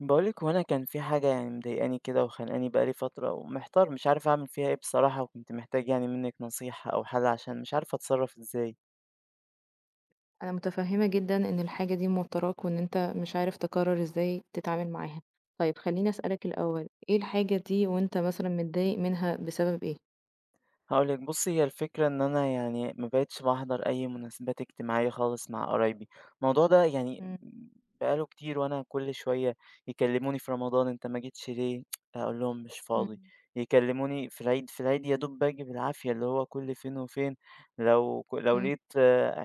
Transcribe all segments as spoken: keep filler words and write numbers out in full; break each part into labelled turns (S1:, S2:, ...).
S1: باقولِك هو أنا كان في حاجة يعني مضايقاني كده وخانقاني بقى لي فترة، ومحتار مش عارف أعمل فيها إيه بصراحة، وكنت محتاج يعني منِّك نصيحة أو حل عشان مش عارف أتصرّف إزاي.
S2: أنا متفهمة جدًا إن الحاجة دي موتّراك، وإن أنت مش عارف تقرر إزاي تتعامل معاها. طيب خلّيني أسألك الأول، إيه الحاجة دي وأنت مثلًا متضايق منها بسبب إيه؟
S1: هاقول لِك بُصّي، هي الفكرة إن أنا يعني ما بقيتش باحضر أي مناسبات اجتماعية خالص مع قرايبي، الموضوع ده يعني
S2: إمم،
S1: بقى له كتير وأنا كل شوية يكلموني في رمضان أنت ما جيتش ليه؟ أقول لهم مش فاضي،
S2: إمم،
S1: يكلموني في العيد، في العيد يا دوب باجي بالعافية اللي هو كل فين وفين، لو ك لو
S2: إمم،
S1: لقيت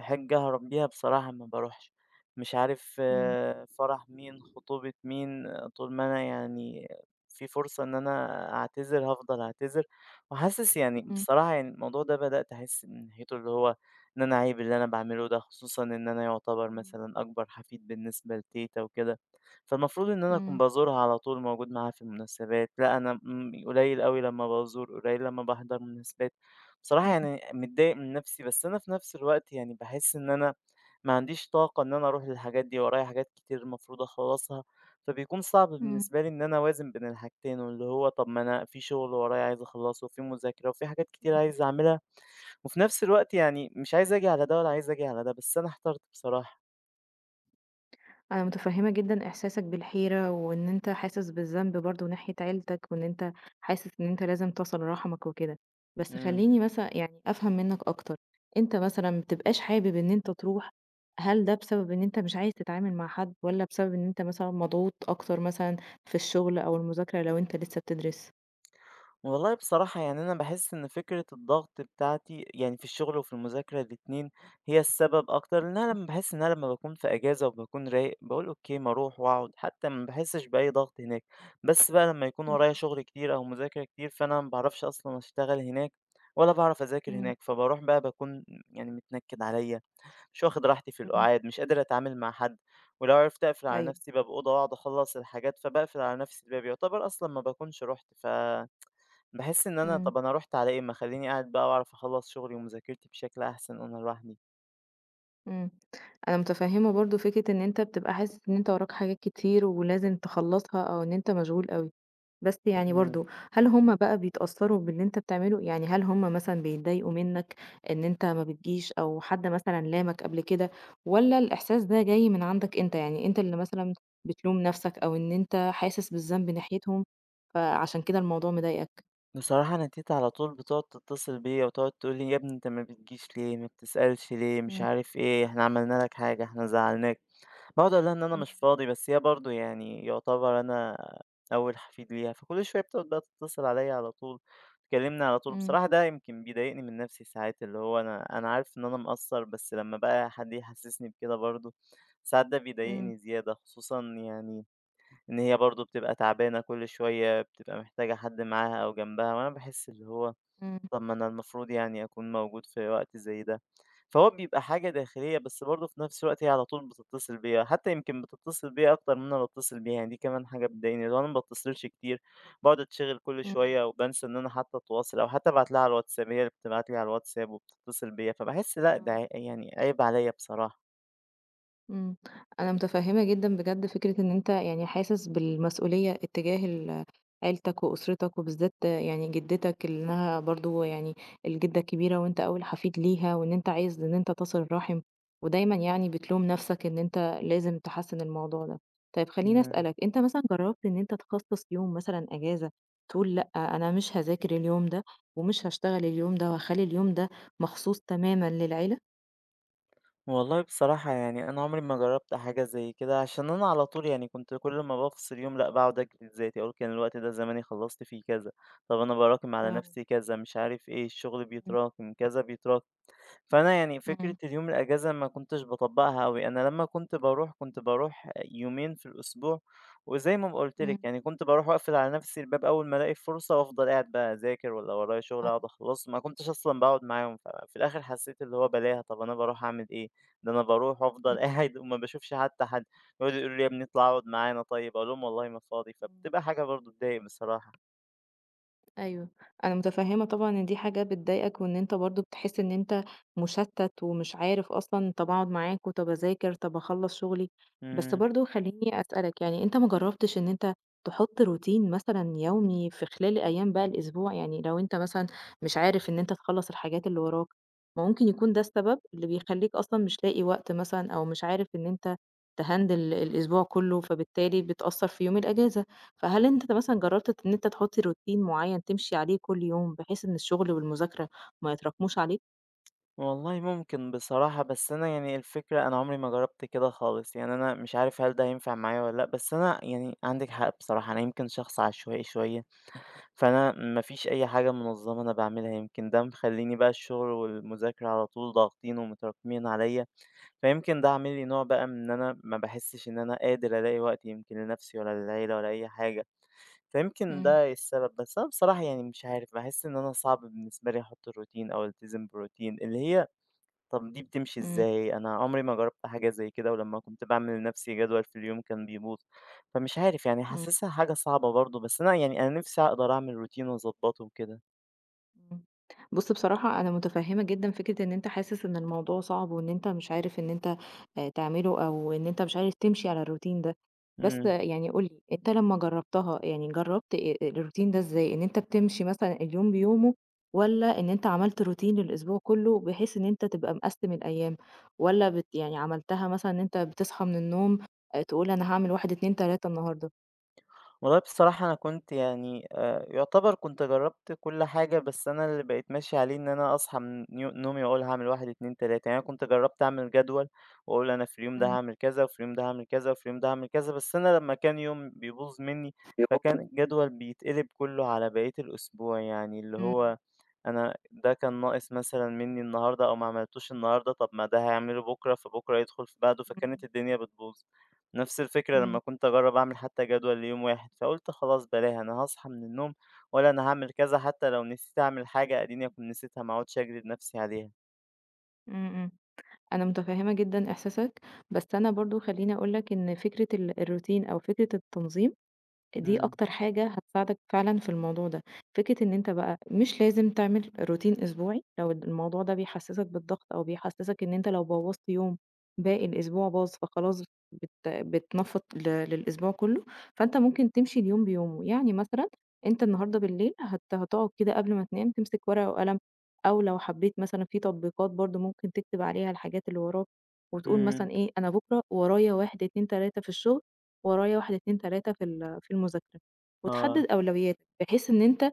S1: حِجّة هاهرب بيها بصراحة ما باروحش، مش عارف آه، فرح مين، خطوبة مين، آه، طول ما أنا يعني في فرصة إن أنا أعتذر هافضل أعتذر. وحاسس يعني
S2: إمم،
S1: بصراحة يعني الموضوع ده بدأت أحس من ناحيته اللي هو إن أنا عيب اللي أنا بعمله ده خصوصا إن أنا يعتبر
S2: إمم،
S1: مثلا أكبر حفيد بالنسبة لتيتا وكده فالمفروض إن أنا أكون
S2: إمم،
S1: بزورها على طول موجود معاها في المناسبات. لا أنا م- قليل أوي لما بزور، قليل لما بحضر مناسبات بصراحة. يعني متضايق من نفسي، بس أنا في نفس الوقت يعني بحس إن أنا ما عنديش طاقة إن أنا أروح للحاجات دي، ورايا حاجات كتير المفروض أخلصها. فبيكون صعب
S2: إمم،
S1: بالنسبة لي إن أنا أوازن بين الحاجتين، واللي هو طب ما أنا في شغل ورايا عايز أخلّصه، وفي مذاكرة، وفي حاجات كتير
S2: إمم.
S1: عايز أعملها، وفي نفس الوقت يعني مش عايز آجي على ده ولا عايز آجي على ده، بس أنا احترت بصراحة.
S2: أنا متفهمة جدًا إحساسك بالحيرة، وإن أنت حاسس بالذنب برضه ناحية عيلتك، وإن أنت حاسس إن أنت لازم تصل رحمك وكده، بس
S1: إمم.
S2: خلّيني مثلًا يعني أفهم منّك أكتر، أنت مثلًا ما بتبقاش حابب إن أنت تروح، هل ده بسبب إن أنت مش عايز تتعامل مع حد، والّا بسبب إن أنت مثلًا مضغوط أكتر مثلًا في الشغل أو المذاكرة لو أنت لسه بتدرس؟
S1: والله بصراحة يعني أنا باحس إن فكرة الضغط بتاعتي يعني في الشغل وفي المذاكرة الاتنين هي السبب أكتر، لإن أنا لمّا باحس إن أنا لمّا باكون في إجازة وباكون رايق باقول أوكي ما أروح وأقعد، حتى ما باحسش بأي ضغط هناك، بس بقى لمّا يكون
S2: إمم،
S1: ورايا شغل كتير أو مذاكرة كتير فأنا ما باعرفش أصلًا أشتغل هناك ولا باعرف أذاكر
S2: إمم، إمم.
S1: هناك، فباروح بقى باكون يعني متنكد عليّا، مش واخد راحتي في
S2: إمم،
S1: القعاد، مش قادر أتعامل مع حد، ولو عرفت أقفل على
S2: أيوه،
S1: نفسي باب أوضة وأقعد أخلّص الحاجات فباقفل على نفسي الباب، يعتبر أصلًا ما باكونش رُحت. ف باحس إن أنا
S2: إمم.
S1: طَب أنا رُحت على إيه؟ ما أخلّيني قاعد بقى وأعرف أخلّص شغلي ومذاكرتي بشكل أحسن وأنا لوحدي.
S2: إمم. أنا متفهّمة برضه فكرة إن أنت بتبقى حاسس إن أنت وراك حاجات كتير ولازم تخلّصها أو إن أنت مشغول أوي. بس يعني
S1: إمم.
S2: برضه هل هم بقى بيتأثّروا باللي أنت بتعمله؟ يعني هل هم مثلًا بيتضايقوا منّك إن أنت ما بتجيش أو حد مثلًا لامك قبل كده والّا الإحساس ده جاي من عندك أنت؟ يعني أنت اللي مثلًا بتلوم نَفْسك أو إن أنت حاسس بالذنب ناحيتهم فعشان كده الموضوع مضايقك؟
S1: بصراحة أنا تيتة على طول بتقعد تتصل بيّا وتقعد تقول لي: "يا ابني أنت ما بتجيش ليه؟ ما بتسألش ليه؟ مش
S2: إمم،
S1: عارف إيه، إحنا عملنا لك حاجة، إحنا زعّلناك." باقعد أقول لها إن أنا
S2: إمم،
S1: مش فاضي، بس هي برضه يعني يعتبر أنا أول حفيد ليها، فكل شوية بتقعد بقى تتصل عليَّ على طول، تكلمني على طول.
S2: إمم،
S1: بصراحة ده يمكن بيضايقني من نفسي ساعات، اللي هو أنا أنا عارف إن أنا مقصّر، بس لمّا بقى حد يحسسني بكده برضه، ساعات ده
S2: إمم،
S1: بيضايقني زيادة، خصوصًا يعني إن هي برضه بتبقى تعبانة كل شوية، بتبقى محتاجة حد معاها أو جنبها، وأنا باحس اللي هو
S2: إمم،
S1: طب ما أنا المفروض يعني أكون موجود في وقت زي ده. فهو بيبقى حاجة داخلية، بس برضه في نفس الوقت هي على طول بتتصل بيّا، حتى يمكن بتتصل بيّا أكتر من أنا باتصل بيها، يعني دي كمان حاجة بتضايقني، اللي هو أنا ما باتّصلش كتير، باقعد أتشغل كل
S2: إمم،
S1: شوية وبانسى إن أنا حتى أتواصل أو حتى أبعت لها على الواتساب، هي اللي بتبعت لي على الواتساب وبتتصل بيّا، فباحس لأ ده
S2: آه.
S1: ع يعني عيب عليّا بصراحة.
S2: إمم، أنا متفهمة جدًا بجد فكرة إن أنت يعني حاسس بالمسؤولية اتجاه ال عيلتك وأسرتك وبالذات يعني جدتك إنها برضه يعني الجدة كبيرة وأنت أول حفيد ليها، وإن أنت عايز إن أنت تصل الرحم، ودايمًا يعني بتلوم نفسك إن أنت لازم تحسّن الموضوع ده. طيب خلّيني
S1: إمم.
S2: أسألك، أنت مثلًا جرّبت إن أنت تخصص يوم مثلًا إجازة تقول لأ، أنا مش هاذاكر اليوم ده ومش هاشتغل اليوم ده وهاخلّي اليوم ده مخصوص تمامًا للعيلة؟
S1: والله بصراحة يعني أنا عمري ما جرّبت حاجة زي كده، عشان أنا على طول يعني كنت كل ما بافصل يوم لأ، باقعد أجلد ذاتي، أقول كان الوقت ده زماني خلّصت فيه كذا، طَب أنا باراكم على
S2: آه.
S1: نَفْسي كذا، مش عارف إيه، الشغل
S2: إمم،
S1: بيتراكم، كذا بيتراكم. فأنا يعني فكرة
S2: إمم،
S1: اليوم الأجازة ما كنتش باطبّقها أوي، أنا لمّا كنت باروح، كنت باروح يومين في الأسبوع، وزي ما ب قُلت لِك
S2: إمم،
S1: يعني كنت باروح وأقفل على نَفْسي الباب أول ما ألاقي فرصة وأفضل قاعد بقى أذاكر والّا ورايا شُغل
S2: آه.
S1: أقعد أخلّصه، ما كنتش أصلًا باقعد معاهم، ففي الآخِر حسّيت اللي هو بَلَاها
S2: إمم،
S1: طَب أنا باروح أعمل إيه؟ ده أنا باروح وأفضل
S2: إمم،
S1: قاعد وما باشوفش حتّى حد، يقعدوا يقولوا لي: "يا ابني اطلع اقعد معانا طيب." أقول لهم: "والله ما فاضي."
S2: إمم،
S1: فبتبقى حاجة برضه تضايق بصراحة.
S2: أيوه، أنا متفهمة طبعًا إن دي حاجة بتضايقك، وإن أنت برضه بتحس إن أنت مشتت ومش عارف أصلًا طَب أقعد معاك، وطَب أذاكر، طَب أخلّص شغلي، بس
S1: إمم.
S2: برضه خلّيني أسألك يعني أنت ما جرّبتش إن أنت تحط روتين مثلًا يومي في خلال أيام بقى الأسبوع؟ يعني لو أنت مثلًا مش عارف إن أنت تخلّص الحاجات اللي وراك، ما ممكن يكون ده السبب اللي بيخلّيك أصلًا مش لاقي وقت مثلًا، أو مش عارف إن أنت تهندل الأسبوع كلّه، فبالتالي بتأثّر في يوم الأجازة. فهل أنت مثلًا جرّبت إن أنت تحط روتين معيّن تمشي عليه كل يوم، بحيث إن الشغل والمذاكرة ما يتراكموش عليك؟
S1: والله ممكن بصراحة، بس أنا يعني الفكرة أنا عمري ما جربت كده خالص، يعني أنا مش عارف هل ده هينفع معايا ولا لأ، بس أنا يعني عندك حق بصراحة، أنا يمكن شخص عشوائي شوية، فأنا مفيش أي حاجة منظمة أنا بعملها، يمكن ده مخليني بقى الشغل والمذاكرة على طول ضاغطين ومتراكمين عليا، فيمكن ده عامل لي نوع بقى من إن أنا ما بحسش إن أنا قادر ألاقي وقت يمكن لنفسي ولا للعيلة ولا أي حاجة، فيمكن
S2: إمم،
S1: ده السبب، بس أنا بصراحة يعني مش عارف، بحس إن أنا صعب بالنسبة لي أحط الروتين أو ألتزم بروتين، اللي هي طب دي بتمشي
S2: إمم،
S1: إزاي؟ أنا عمري ما جرّبت حاجة زي كده، ولمّا كنت باعمل لنفسي جدول في اليوم كان بيبوظ، فمش عارف يعني
S2: إمم.
S1: حاسسها حاجة صعبة برضه، بس أنا يعني أنا نِفْسي أقدر أعمل روتين وأضبّطه وكده.
S2: إمم. بُص بصراحة أنا متفهّمة جدًا فكرة إن أنت حاسس إن الموضوع صعب، وإن أنت مش عارف إن أنت آآ تعمله، أو إن أنت مش عارف تمشي على الروتين ده، بس آه،
S1: إمم.
S2: يعني قُل لي أنت لمّا جرّبتها يعني جرّبت آآ الروتين ده إزاي؟ إن أنت بتمشي مثلًا اليوم بيومه، والّا إن أنت عملت روتين للأسبوع كلّه بحيث إن أنت تبقى مقسّم الأيام؟ والّا بت يعني عملتها مثلًا إن أنت بتصحى من النوم آآ تقول أنا هاعمل واحد، اتنين، تلاتة النهارده؟
S1: والله بصراحة أنا كنت يعني آه، يعتبر كنت جربت كل حاجة، بس أنا اللي بقيت ماشي عليه إن أنا أصحى من نيو- نومي وأقول هعمل واحد اتنين تلاتة. يعني أنا كنت جربت أعمل جدول وأقول أنا في اليوم ده
S2: إمم.
S1: هعمل كذا وفي اليوم ده هعمل كذا وفي اليوم ده هعمل كذا، بس أنا لما كان يوم بيبوظ مني فكان الجدول بيتقلب كله على بقية الأسبوع، يعني اللي
S2: إمم.
S1: هو أنا ده كان ناقص مثلًا منّي النهارده أو ما عملتوش النهارده، طب ما ده هاعمله بُكرة، فبُكرة يدخل في بعده، فكانت الدنيا بتبوظ. نفس الفكرة لمّا
S2: إمم.
S1: كنت أجرّب أعمل حتى جدول ليوم واحد، فقُلت خلاص بلاها، أنا هاصحى من النوم وأقول أنا هاعمل كذا، حتى لو نسيت أعمل حاجة أديني أكون نسيتها، ما اقعدش أجلد نفسي عليها.
S2: إمم، إمم. أنا متفهمة جدًا إحساسك، بس أنا برضه خلّيني أقول لك إن فكرة ال الروتين أو فكرة التنظيم دي
S1: إمم،
S2: أكتر حاجة هتساعدك فعلًا في الموضوع ده، فكرة إن أنت بقى مش لازم تعمل روتين أسبوعي، لو الموضوع ده بيحسسك بالضغط أو بيحسسك إن أنت لو بوّظت يوم باقي الأسبوع باظ، فخلاص بت بتنفّض ل للأسبوع كله، فأنت ممكن تمشي اليوم بيومه، يعني مثلًا أنت النهارده بالليل هت هتقعد كده قبل ما تنام تمسك ورقة وقلم، أو لو حبيت مثلًا في تطبيقات برضه ممكن تكتب عليها الحاجات اللي وراك، وتقول
S1: إمم،
S2: مثلًا إيه أنا بكرة ورايا واحد، اتنين، ثلاثة في الشغل ورايا واحد، اتنين، ثلاثة في ال في المذاكرة، وتحدد
S1: آه،
S2: أولوياتك، بحيث إن أنت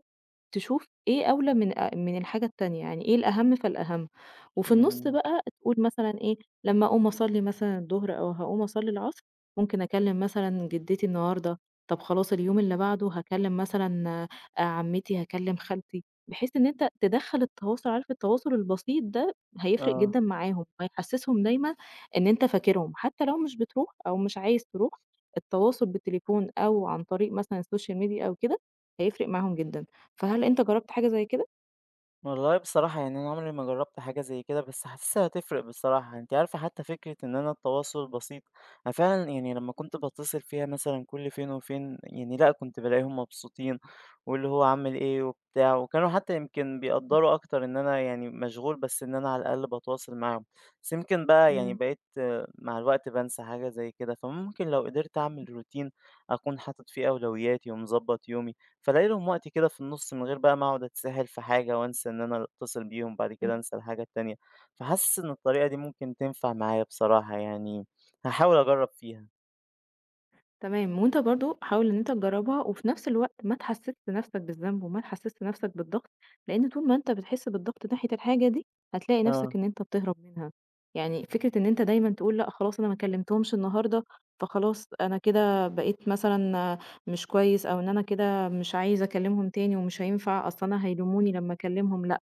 S2: تشوف إيه أولى من أ من الحاجة التانية، يعني إيه الأهم فالأهم، وفي النُص
S1: إمم،
S2: بقى تقول مثلًا إيه، لمّا أقوم أصلّي مثلًا الضهر أو هاقوم أصلّي العصر، ممكن أكلّم مثلًا جدتي النهارده، طب خلاص اليوم اللي بعده هاكلّم مثلًا آآ عمتي، هاكلّم خالتي، بحيث إن أنت تدخّل التواصل عارف التواصل البسيط ده هيفرق
S1: آه.
S2: جدًا معاهم، وهيحسّسهم دايمًا إن أنت فاكرهم، حتى لو مش بتروح أو مش عايز تروح، التواصل بالتليفون أو عن طريق مثلًا السوشيال ميديا أو كده، هيفرق معاهم جدًا. فهل أنت جرّبت حاجة زي كده؟
S1: والله بصراحة يعني أنا عمري ما جربت حاجة زي كده، بس حاسسها هتفرق بصراحة. أنت عارفة حتى فكرة إن أنا التواصل بسيط، أنا فعلا يعني لما كنت بتصل فيها مثلا كل فين وفين يعني لأ، كنت بلاقيهم
S2: إمم،
S1: مبسوطين، واللي هو عامل إيه وبتاع، وكانوا حتى يمكن
S2: إمم،
S1: بيقدروا أكتر إن أنا يعني مشغول، بس إن أنا على الأقل بتواصل معاهم. بس يمكن بقى يعني
S2: إمم،
S1: بقيت آه، مع الوقت بنسى حاجة زي كده، فممكن لو قدرت
S2: إمم.
S1: أعمل روتين أكون حاطط فيه أولوياتي ومظبط يومي، فالاقي لهم وقت كده في النُص من غير بقى ما اقعد أتسحل في حاجة وانسى إن أنا اللي أتصل بيهم، بعد كده
S2: إمم،
S1: أنسى الحاجة التانية، فحاسس إن الطريقة دي ممكن تنفع معايا بصراحة يعني، هاحاول أجرّب فيها.
S2: تمام، وأنت برضه حاول إن أنت تجرّبها وفي نفس الوقت ما تحسّسش نفسك بالذنب وما تحسّسش نفسك بالضغط، لإن طول ما أنت بتحس بالضغط ناحية الحاجة دي، هتلاقي
S1: آه،
S2: نفسك إن أنت بتهرب منها، يعني فكرة إن أنت دايمًا تقول لأ خلاص أنا ما كلمتهمش النهارده، فخلاص أنا كده بقيت مثلًا مش كويس أو إن أنا كده مش عايز أكلمهم تاني ومش هينفع أصل أنا هيلوموني لمّا أكلمهم، لأ،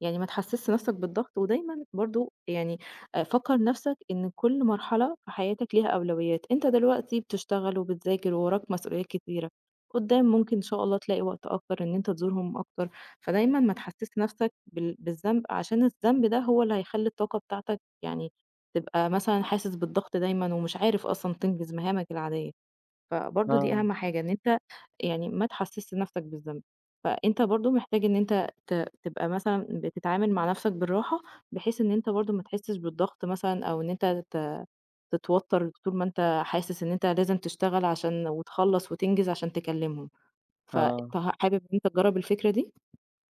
S2: يعني ما تحسّسش نفسك بالضغط ودايمًا برضه يعني آآ فكّر نَفْسك إن كل مرحلة في حياتك ليها أولويات، أنت دلوقتي بتشتغل وبتذاكر ووراك مسؤوليات كتيرة، قُدّام ممكن إن شاء الله تلاقي وقت أكتر إن أنت تزورهم أكتر، فدايمًا ما تحسّسش نَفْسك بال بالذنب عشان الذنب ده هو اللي هيخلّي الطاقة بتاعتك يعني تبقى مثلًا حاسس بالضغط دايمًا ومش عارف أصلًا تنجز مهامك العادية. فبرضه دي
S1: آه،
S2: أهم حاجة، إن أنت يعني ما تحسّسش نَفْسك بالذنب، فأنت برضه محتاج إن أنت ت تبقى مثلًا بتتعامل مع نَفْسك بالراحة، بحيث إن أنت برضه ما تحسّش بالضغط مثلًا أو إن أنت ت تتوتّر طول ما أنت حاسس إن أنت لازم تشتغل عشان وتخلّص وتنجز عشان تكلّمهم،
S1: آه.
S2: فأنت ه حابب إن أنت تجرّب الفكرة دي؟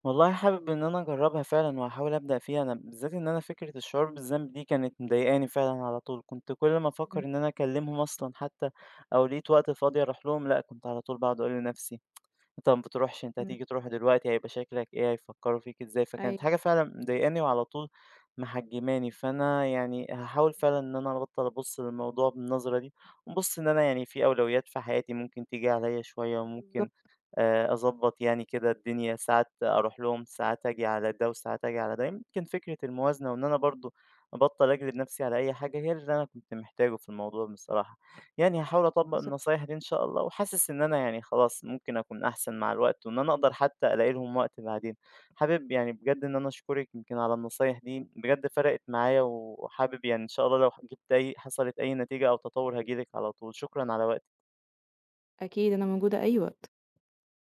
S1: والله حابب إن أنا أجرّبها فعلًا وهاحاول أبدأ فيها، أنا بالذات إن أنا فكرة الشعور بالذنب دي كانت مضايقاني فعلًا على طول، كنت كل ما
S2: إمم،
S1: أفكر إن أنا أكلمهم أصلًا، حتى أو لقيت وقت فاضي أروح لهم، لأ كنت على طول باقعد أقول لنفسي أنت ما بتروحش، أنت
S2: إمم،
S1: هتيجي تروح دلوقتي هيبقى شكلك إيه، هيفكّروا فيك إزاي، فكانت
S2: أيوه،
S1: حاجة فعلًا مضايقاني وعلى طول محجّماني، فأنا يعني هاحاول فعلًا إن أنا أبطّل أبُص للموضوع بالنظرة دي، وأبُص إن أنا يعني في أولويات في حياتي ممكن تيجي عليّا شوية، وممكن
S2: بالضبط،
S1: آآ أضبّط يعني كده الدنيا، ساعات أروح لهم، ساعات آجي على ده وساعات آجي على ده، يمكن فكرة الموازنة وإن أنا برضه أبطّل أجلد نَفْسي على أي حاجة هي اللي أنا كنت محتاجه في الموضوع بصراحة. يعني هاحاول أطبّق
S2: بالضبط،
S1: النصايح دي إن شاء الله، وحاسس إن أنا يعني خلاص ممكن أكون أحسن مع الوقت، وإن أنا أقدر حتى ألاقي لهم وقت بعدين. حابب يعني بجد إن أنا أشكرِك يمكن على النصايح دي، بجد فرقت معايا، وحابب يعني إن شاء الله لو ح جِبت أي حصلت أي نتيجة أو تطوّر هاجي لِك على طول. شكرًا على وقتِك.
S2: أكيد أنا موجودة أي وقت.